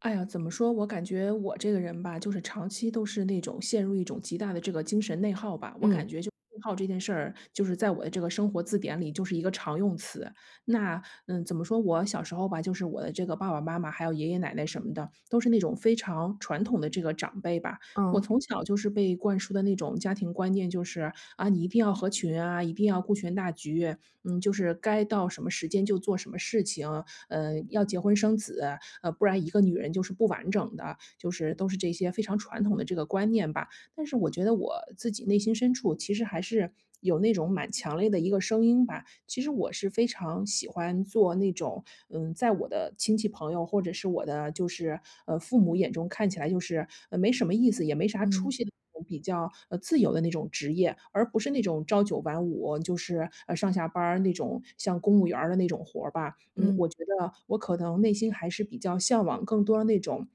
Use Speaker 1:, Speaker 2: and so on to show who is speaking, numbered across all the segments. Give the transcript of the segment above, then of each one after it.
Speaker 1: 哎呀，怎么说？我感觉我这个人吧，就是长期都是那种陷入一种极大的这个精神内耗吧。我感
Speaker 2: 嗯，
Speaker 1: 觉就内耗这件事儿，就是在我的这个生活字典里就是一个常用词。那怎么说？我小时候吧，就是我的这个爸爸妈妈还有爷爷奶奶什么的，都是那种非常传统的这个长辈吧。我
Speaker 2: 哦，
Speaker 1: 从小就是被灌输的那种家庭观念，就是啊，你一定要合群啊，一定要顾全大局，就是该到什么时间就做什么事情，要结婚生子，不然一个女人就是不完整的，就是都是这些非常传统的这个观念吧。但是我觉得我自己内心深处其实还是有那种蛮强烈的一个声音吧，其实我是非常喜欢做那种，在我的亲戚朋友或者是我的就是，父母眼中看起来就是，没什么意思，也没啥出
Speaker 2: 嗯，
Speaker 1: 息的那种比较，自由的那种职业，而不是那种朝九晚五，就是，上下班儿那种像公务员儿的那种活儿吧。嗯，
Speaker 2: 嗯，
Speaker 1: 我觉得我可能内心还是比较向往更多的那种，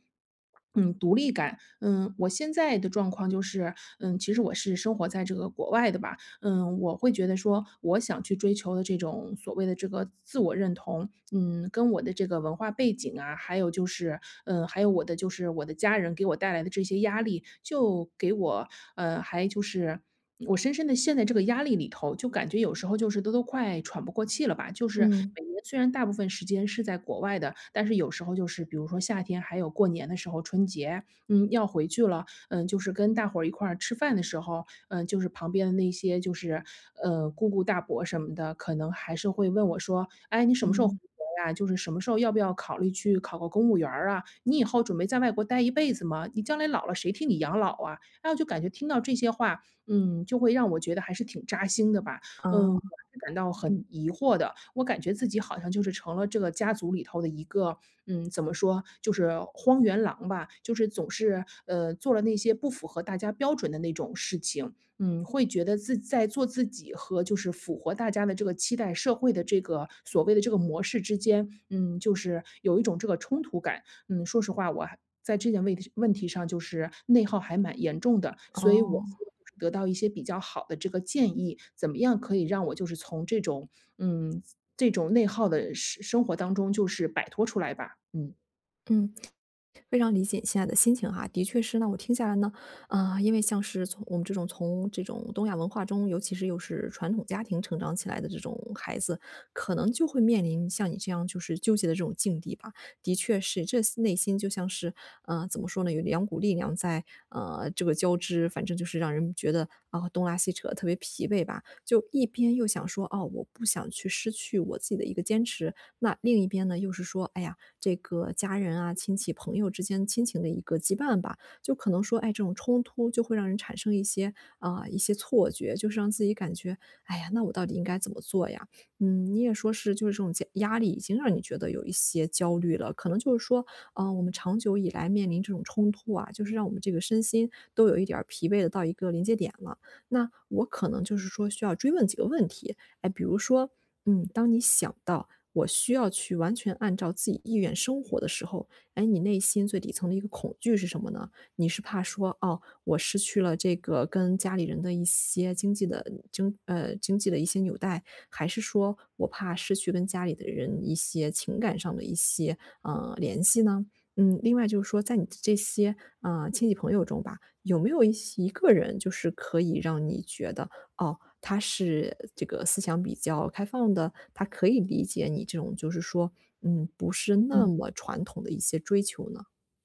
Speaker 1: 独立感。嗯，我现在的状况就是，其实我是生活在这个国外的吧，我会觉得说，我想去追求的这种所谓的这个自我认同，跟我的这个文化背景啊，还有就是，还有我的家人给我带来的这些压力，就给我，还就是我深深的陷在这个压力里头，就感觉有时候就是都快喘不过气了吧。就是
Speaker 2: 嗯，
Speaker 1: 每年虽然大部分时间是在国外的，但是有时候就是比如说夏天，还有过年的时候，春节，要回去了，就是跟大伙儿一块儿吃饭的时候，就是旁边的那些就是，姑姑大伯什么的，可能还是会问我说："哎，你什么时候回
Speaker 2: 嗯，
Speaker 1: 国呀？就是什么时候要不要考虑去考个公务员儿啊？你以后准备在外国待一辈子吗？你将来老了谁替你养老啊？"哎，我就感觉听到这些话，就会让我觉得还是挺扎心的吧。我
Speaker 2: 哦，
Speaker 1: 还是感到很疑惑的，我感觉自己好像就是成了这个家族里头的一个，怎么说，就是荒原狼吧，就是总是，做了那些不符合大家标准的那种事情。会觉得自在做自己和就是符合大家的这个期待、社会的这个所谓的这个模式之间，就是有一种这个冲突感。嗯，说实话，我还在这件问题上就是内耗还蛮严重的，所以我
Speaker 2: 哦，
Speaker 1: 希望就是得到一些比较好的这个建议，怎么样可以让我就是从这种嗯这种内耗的生活当中就是摆脱出来吧？嗯
Speaker 2: 嗯。非常理解你现在的心情哈，的确是。那我听下来呢，因为像是从我们这种从这种东亚文化中，尤其是又是传统家庭成长起来的这种孩子，可能就会面临像你这样就是纠结的这种境地吧。的确是，这内心就像是，怎么说呢，有两股力量在，这个交织，反正就是让人觉得啊、东拉西扯，特别疲惫吧。就一边又想说，哦，我不想去失去我自己的一个坚持，那另一边呢，又是说，哎呀，这个家人啊、亲戚、朋友之间亲情的一个羁绊吧，就可能说，哎，这种冲突就会让人产生一些啊、一些错觉，就是让自己感觉，哎呀，那我到底应该怎么做呀？嗯，你也说是，就是这种加压力已经让你觉得有一些焦虑了，可能就是说，啊我们长久以来面临这种冲突啊，就是让我们这个身心都有一点儿疲惫的到一个临界点了。那我可能就是说需要追问几个问题，哎，比如说，嗯，当你想到我需要去完全按照自己意愿生活的时候，哎，你内心最底层的一个恐惧是什么呢？你是怕说，哦，我失去了这个跟家里人的一些经济的经济的一些纽带，还是说我怕失去跟家里的人一些情感上的一些联系呢？嗯，另外就是说，在你这些亲戚朋友中吧，有没有一个人就是可以让你觉得哦，他是这个思想比较开放的，他可以理解你这种就是说，嗯，不是那
Speaker 1: 嗯。
Speaker 2: 么传统的一些追求呢？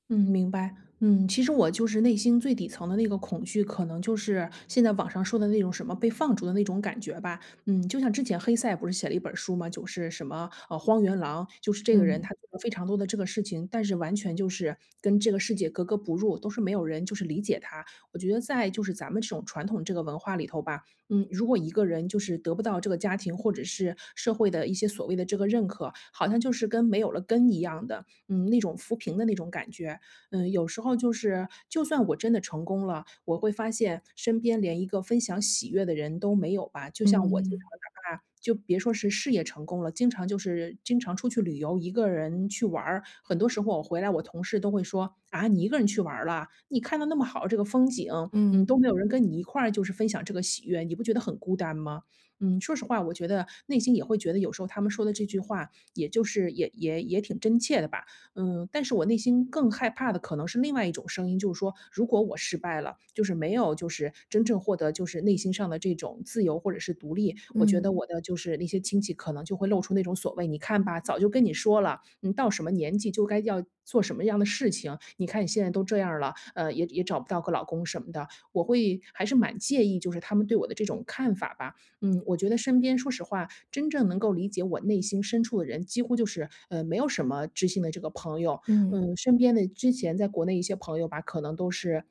Speaker 1: 嗯，明白。其实我就是内心最底层的那个恐惧，可能就是现在网上说的那种什么被放逐的那种感觉吧。就像之前黑塞不是写了一本书嘛，就是什么荒原狼，就是这个人他
Speaker 2: 嗯，
Speaker 1: 做了非常多的这个事情，但是完全就是跟这个世界格格不入，都是没有人就是理解他。我觉得在就是咱们这种传统这个文化里头吧，如果一个人就是得不到这个家庭或者是社会的一些所谓的这个认可，好像就是跟没有了根一样的，那种浮萍的那种感觉。有时候就是就算我真的成功了，我会发现身边连一个分享喜悦的人都没有吧。就像我经
Speaker 2: 嗯，
Speaker 1: 常哪怕就别说是事业成功了，经常就是经常出去旅游，一个人去玩儿很多时候我回来，我同事都会说："啊，你一个人去玩儿了？你看到那么好这个风景，
Speaker 2: 嗯，
Speaker 1: 都没有人跟你一块儿就是分享这个喜悦，你不觉得很孤单吗？"说实话，我觉得内心也会觉得有时候他们说的这句话，也就是也挺真切的吧。但是我内心更害怕的可能是另外一种声音，就是说，如果我失败了，就是没有就是真正获得就是内心上的这种自由或者是独立，我觉得
Speaker 2: 嗯，
Speaker 1: 我的就是那些亲戚可能就会露出那种所谓，你看吧，早就跟你说了，你到什么年纪就该要做什么样的事情，你看你现在都这样了，也找不到个老公什么的，我会还是蛮介意就是他们对我的这种看法吧。我觉得身边说实话，真正能够理解我内心深处的人，几乎就是没有什么知心的这个朋友。
Speaker 2: 嗯，
Speaker 1: 身边的之前在国内一些朋友吧，可能都是。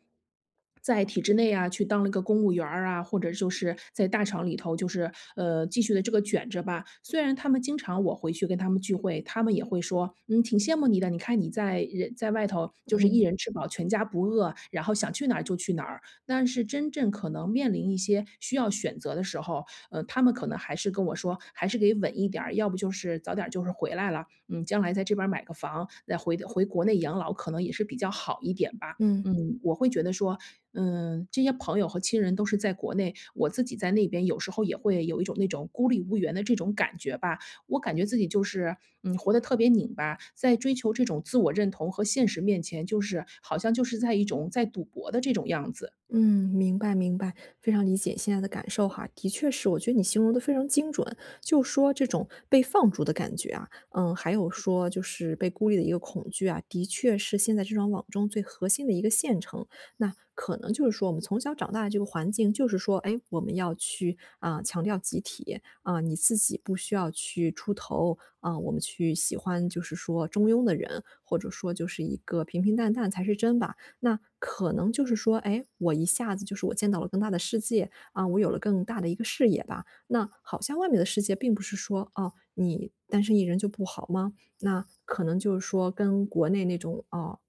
Speaker 1: 在体制内啊，去当了一个公务员儿啊，或者就是在大厂里头，就是继续的这个卷着吧。虽然他们经常我回去跟他们聚会，他们也会说，挺羡慕你的。你看你在人在外头就是
Speaker 2: 嗯，
Speaker 1: 一
Speaker 2: 嗯
Speaker 1: 人吃饱全家不饿，然后想去哪儿就去哪儿。但是真正可能面临一些需要选择的时候，他们可能还是跟我说，还是给稳一点儿，要不就是早点儿就是回来了，将来在这边儿买个房，再回国内养老可能也是比较好一点吧。
Speaker 2: 嗯。
Speaker 1: 我会觉得说，这些朋友和亲人都是在国内，我自己在那边有时候也会有一种那种孤立无援的这种感觉吧。我感觉自己就是，活得特别拧巴，在追求这种自我认同和现实面前，就是好像就是在一种在赌博的这种样子。
Speaker 2: 嗯，明白明白，非常理解现在的感受哈。的确是，我觉得你形容的非常精准，就说这种被放逐的感觉啊，嗯，还有说就是被孤立的一个恐惧啊，的确是现在这张网中最核心的一个线程。那可能就是说我们从小长大的这个环境，就是说，哎，我们要去啊、强调集体啊、你自己不需要去出头啊、我们去喜欢就是说中庸的人，或者说就是一个平平淡淡才是真吧。那可能就是说，哎，我一下子就是我见到了更大的世界啊，我有了更大的一个视野吧。那好像外面的世界并不是说，哦，你单身一人就不好吗？那可能就是说跟国内那种，哦，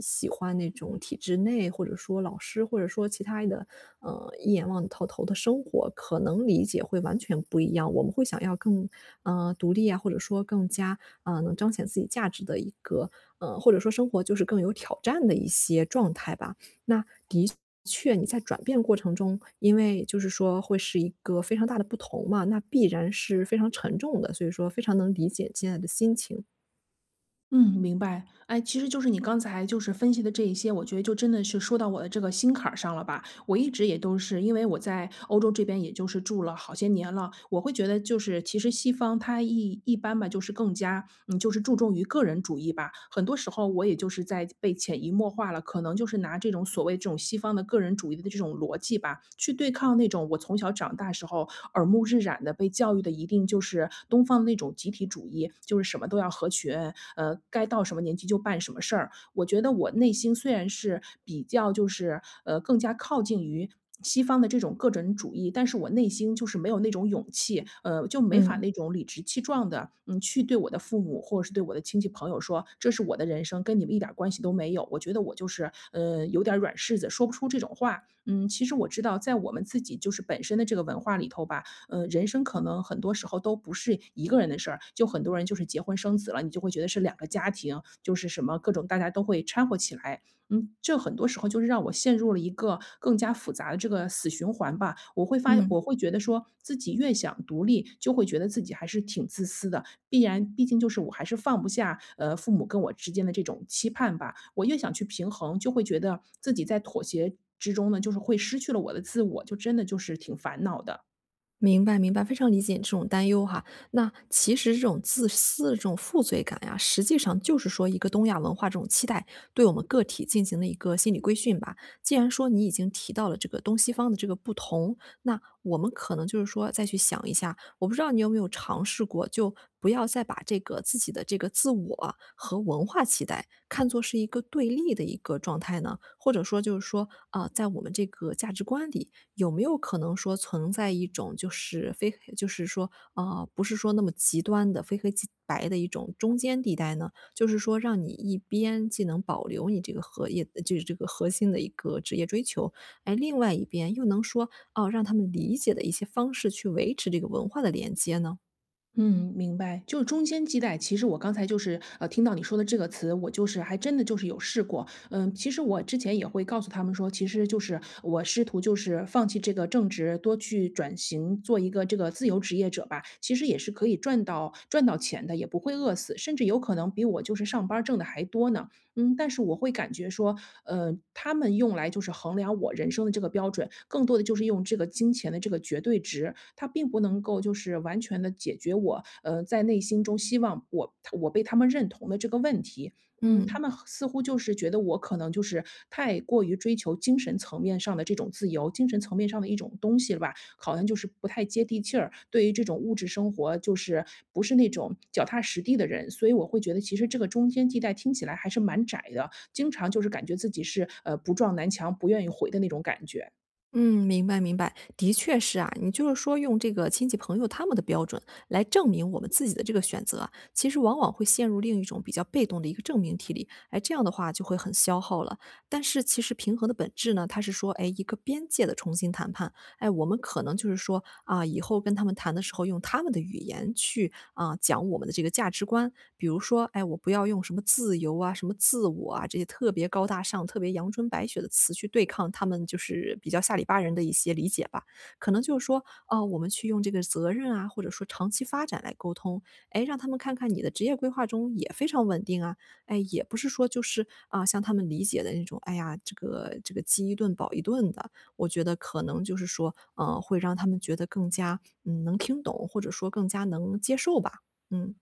Speaker 2: 喜欢那种体制内，或者说老师，或者说其他的，一眼望到头的生活，可能理解会完全不一样。我们会想要更，独立啊，或者说更加，能彰显自己价值的一个，或者说生活就是更有挑战的一些状态吧。那的确你在转变过程中，因为就是说会是一个非常大的不同嘛，那必然是非常沉重的，所以说非常能理解现在的心情。
Speaker 1: 嗯，明白。哎，其实就是你刚才就是分析的这一些，我觉得就真的是说到我的这个心坎儿上了吧。我一直也都是因为我在欧洲这边，也就是住了好些年了，我会觉得就是其实西方它一般吧，就是更加就是注重于个人主义吧。很多时候我也就是在被潜移默化了，可能就是拿这种所谓这种西方的个人主义的这种逻辑吧，去对抗那种我从小长大时候耳目日染的被教育的一定就是东方那种集体主义，就是什么都要合群，该到什么年纪就办什么事儿。我觉得我内心虽然是比较就是更加靠近于，西方的这种个人主义，但是我内心就是没有那种勇气，就没法
Speaker 2: 嗯。
Speaker 1: 那种理直气壮的，去对我的父母或者是对我的亲戚朋友说，这是我的人生，跟你们一点儿关系都没有。我觉得我就是，有点儿软柿子，说不出这种话。嗯，其实我知道，在我们自己就是本身的这个文化里头吧，人生可能很多时候都不是一个人的事儿，就很多人就是结婚生子了，你就会觉得是两个家庭，就是什么各种大家都会掺和起来。这很多时候就是让我陷入了一个更加复杂的这个死循环吧。
Speaker 2: 嗯。
Speaker 1: 我会觉得说自己越想独立，就会觉得自己还是挺自私的，必然毕竟就是我还是放不下，父母跟我之间的这种期盼吧。我越想去平衡，就会觉得自己在妥协之中呢，就是会失去了我的自我，就真的就是挺烦恼的。
Speaker 2: 明白明白，非常理解你这种担忧哈。那其实这种自私的这种负罪感呀，实际上就是说一个东亚文化这种期待对我们个体进行的一个心理规训吧。既然说你已经提到了这个东西方的这个不同，那我们可能就是说再去想一下，我不知道你有没有尝试过，就不要再把这个自己的这个自我和文化期待看作是一个对立的一个状态呢？或者说就是说在我们这个价值观里，有没有可能说存在一种就是非黑就是说，啊不是说那么极端的非黑即白的一种中间地带呢？就是说让你一边既能保留你这个荷业就是这个核心的一个职业追求，哎，另外一边又能说，哦，让他们理解的一些方式去维持这个文化的连接呢？
Speaker 1: 嗯，明白。就是中间地带，其实我刚才就是，听到你说的这个词，我就是还真的就是有试过。嗯，其实我之前也会告诉他们说，其实就是我试图就是放弃这个正职，多去转型做一个这个自由职业者吧。其实也是可以赚到钱的，也不会饿死，甚至有可能比我就是上班挣的还多呢。但是我会感觉说，他们用来就是衡量我人生的这个标准，更多的就是用这个金钱的这个绝对值，它并不能够就是完全的解决我，在内心中希望我被他们认同的这个问题。他
Speaker 2: 嗯。
Speaker 1: 们似乎就是觉得我可能就是太过于追求精神层面上的这种自由，精神层面上的一种东西了吧，好像就是不太接地气儿，对于这种物质生活就是不是那种脚踏实地的人，所以我会觉得其实这个中间地带听起来还是蛮窄的，经常就是感觉自己是，不撞南墙不愿意回的那种感觉。
Speaker 2: 嗯，明白明白，的确是啊。你就是说用这个亲戚朋友他们的标准来证明我们自己的这个选择啊其实往往会陷入另一种比较被动的一个证明题里，哎，这样的话就会很消耗了。但是其实平衡的本质呢，它是说，哎，一个边界的重新谈判，哎，我们可能就是说啊，以后跟他们谈的时候用他们的语言去啊，讲我们的这个价值观。比如说，哎，我不要用什么自由啊、什么自我啊这些特别高大上、特别阳春白雪的词去对抗他们就是比较下里巴人的一些理解吧。可能就是说，哦，我们去用这个责任啊，或者说长期发展来沟通，哎，让他们看看你的职业规划中也非常稳定啊，哎，也不是说就是啊，像他们理解的那种，哎呀，这个饥一顿饱一顿的，我觉得可能就是说，会让他们觉得更加，嗯，能听懂，或者说更加能接受吧。嗯。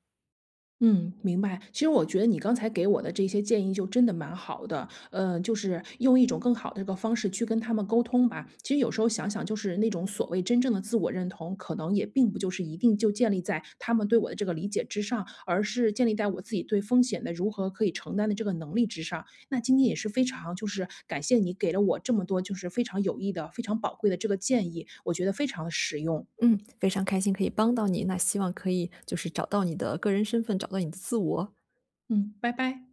Speaker 1: 嗯，明白。其实我觉得你刚才给我的这些建议就真的蛮好的，就是用一种更好的这个方式去跟他们沟通吧。其实有时候想想，就是那种所谓真正的自我认同，可能也并不就是一定就建立在他们对我的这个理解之上，而是建立在我自己对风险的如何可以承担的这个能力之上。那今天也是非常就是感谢你给了我这么多就是非常有益的、非常宝贵的这个建议，我觉得非常的实用。
Speaker 2: 嗯，非常开心可以帮到你，那希望可以就是找到你的个人身份，找到你的自我。
Speaker 1: 嗯，拜拜。